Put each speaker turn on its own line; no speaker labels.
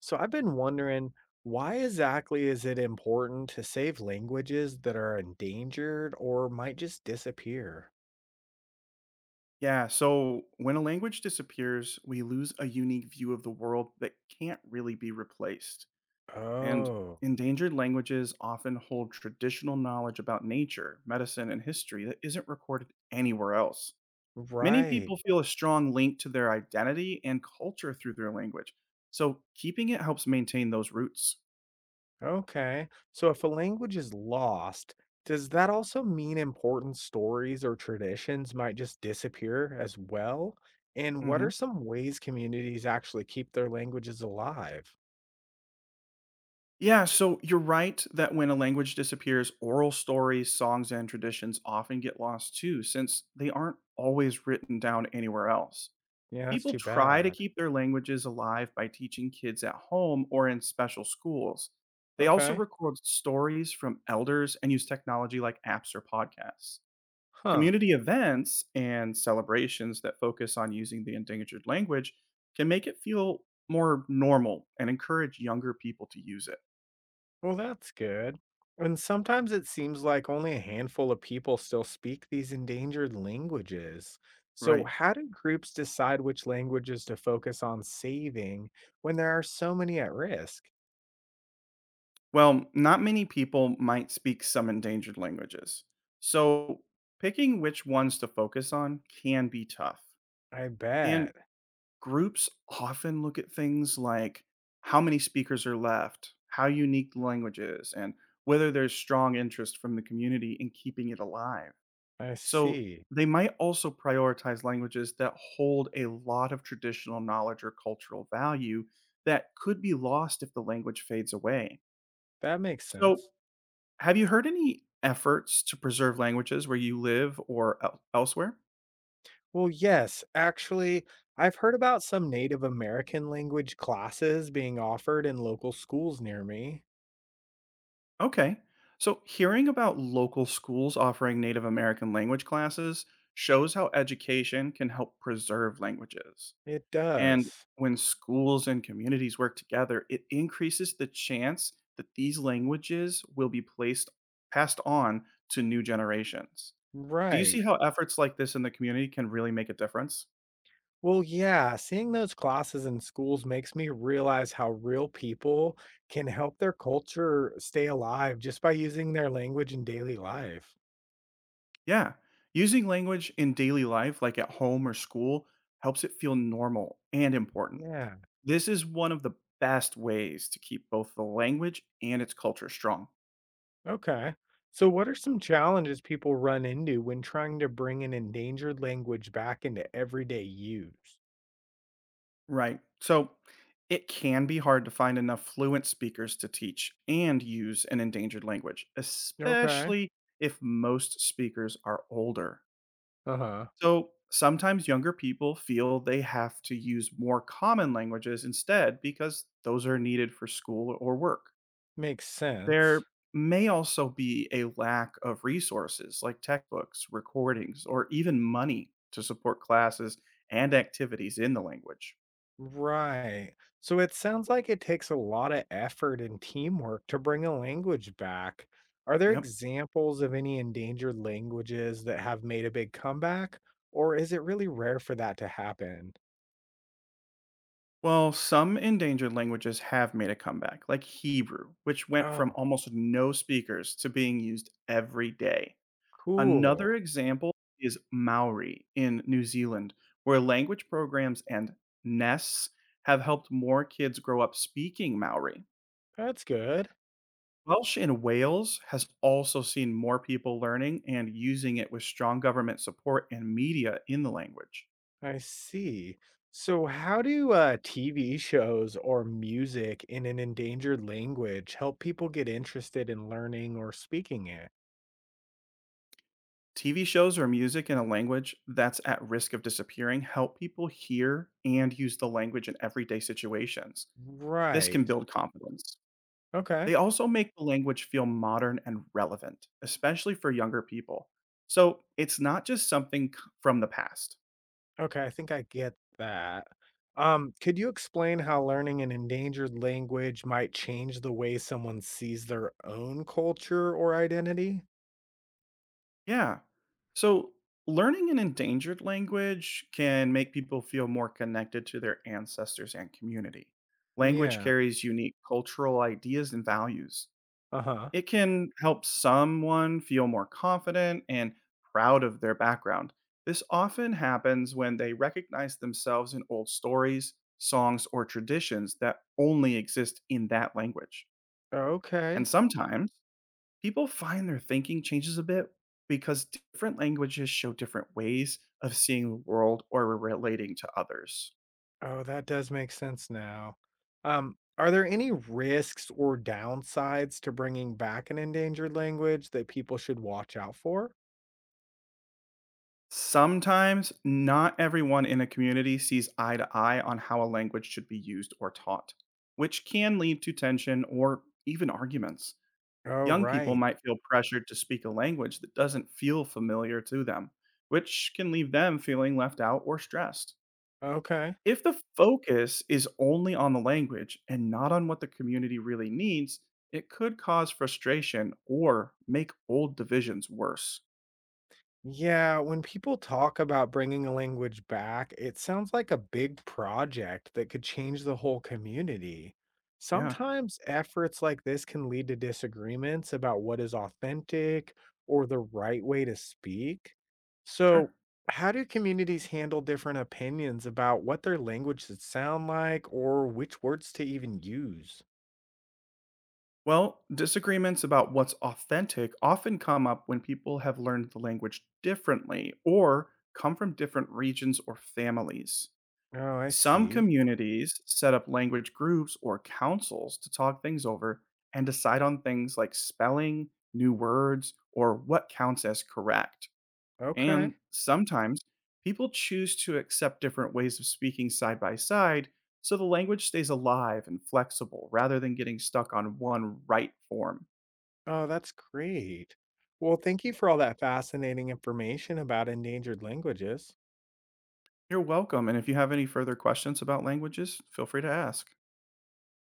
So I've been wondering why exactly is it important to save languages that are endangered or might just disappear?
Yeah, so when a language disappears, we lose a unique view of the world that can't really be replaced. And
Oh,
endangered languages often hold traditional knowledge about nature, medicine, and history that isn't recorded anywhere else. Many
right.
people feel a strong link to their identity and culture through their language, so keeping it helps maintain those roots.
Okay. So if a language is lost, does that also mean important stories or traditions might just disappear as well? And what are
Mhm.
some ways communities actually keep their languages alive?
Yeah, so you're right that when a language disappears, oral stories, songs, and traditions often get lost too, since they aren't always written down anywhere else.
Yeah, that's
People
too
try to
bad.
keep their languages alive by teaching kids at home or in special schools. They also
Okay.
record stories from elders and use technology like apps or podcasts.
Huh.
Community events and celebrations that focus on using the endangered language can make it feel more normal and encourage younger people to use it,
Well, that's good. And sometimes it seems like only a handful of people still speak these endangered languages. So,
right?
how do groups decide which languages to focus on saving when there are so many at risk?
Well, not many people might speak some endangered languages. So, picking which ones to focus on can be tough.
I
And
bet.
groups often look at things like how many speakers are left, how unique the language is, and whether there's strong interest from the community in keeping it alive.
I
So,
see.
they might also prioritize languages that hold a lot of traditional knowledge or cultural value that could be lost if the language fades away.
That makes
So,
sense.
have you heard any efforts to preserve languages where you live or elsewhere?
Well, yes, actually, I've heard about some Native American language classes being offered in local schools near me.
Okay. So, hearing about local schools offering Native American language classes shows how education can help preserve languages.
It
And
does.
when schools and communities work together, it increases the chance that these languages will be placed passed on to new generations. Do you see
Right.
how efforts like this in the community can really make a difference?
Well, yeah, seeing those classes in schools makes me realize how real people can help their culture stay alive just by using their language in daily life.
Yeah. Using language in daily life, like at home or school, helps it feel normal and important.
Yeah.
This is one of the best ways to keep both the language and its culture strong.
Okay. So, what are some challenges people run into when trying to bring an endangered language back into everyday use?
Right. So it can be hard to find enough fluent speakers to teach and use an endangered language,
Okay.
especially if most speakers are older.
Uh huh.
So sometimes younger people feel they have to use more common languages instead because those are needed for school or work.
Makes sense.
There may also be a lack of resources like textbooks, recordings, or even money to support classes and activities in the language.
Right. So it sounds like it takes a lot of effort and teamwork to bring a language back. Are there
Yep.
examples of any endangered languages that have made a big comeback, or is it really rare for that to happen?
Well, some endangered languages have made a comeback, like Hebrew, which went from
Oh,
almost no speakers to being used every day. Another
cool.
example is Maori in New Zealand, where language programs and nests have helped more kids grow up speaking Maori.
That's good.
Welsh in Wales has also seen more people learning and using it with strong government support and media in the language.
I see. So, how do TV shows or music in an endangered language help people get interested in learning or speaking it?
TV shows or music in a language that's at risk of disappearing help people hear and use the language in everyday situations. This can
Right.
build confidence.
Okay.
They also make the language feel modern and relevant, especially for younger people. So it's not just something from the past.
Okay, I think I get that. Could you explain how learning an endangered language might change the way someone sees their own culture or identity?
Yeah. So learning an endangered language can make people feel more connected to their ancestors and community. Language
Yeah.
carries unique cultural ideas and values.
Uh-huh.
It can help someone feel more confident and proud of their background. This often happens when they recognize themselves in old stories, songs, or traditions that only exist in that language.
Okay.
And sometimes, people find their thinking changes a bit because different languages show different ways of seeing the world or relating to others.
Oh, that does make sense now. Are there any risks or downsides to bringing back an endangered language that people should watch out for?
Sometimes, not everyone in a community sees eye to eye on how a language should be used or taught, which can lead to tension or even arguments.
Oh,
Young people
right.
might feel pressured to speak a language that doesn't feel familiar to them, which can leave them feeling left out or stressed.
Okay.
If the focus is only on the language and not on what the community really needs, it could cause frustration or make old divisions worse.
Yeah, when people talk about bringing a language back, it sounds like a big project that could change the whole community.
Yeah,
Sometimes efforts like this can lead to disagreements about what is authentic or the right way to speak.
sure.
So, how do communities handle different opinions about what their language should sound like or which words to even use?
Well, disagreements about what's authentic often come up when people have learned the language differently or come from different regions or families.
Oh, I
Some
see.
communities set up language groups or councils to talk things over and decide on things like spelling, new words, or what counts as correct.
Okay.
And sometimes people choose to accept different ways of speaking side by side so the language stays alive and flexible rather than getting stuck on one right form.
Oh, that's great. Well, thank you for all that fascinating information about endangered languages.
You're welcome. And if you have any further questions about languages, feel free to ask.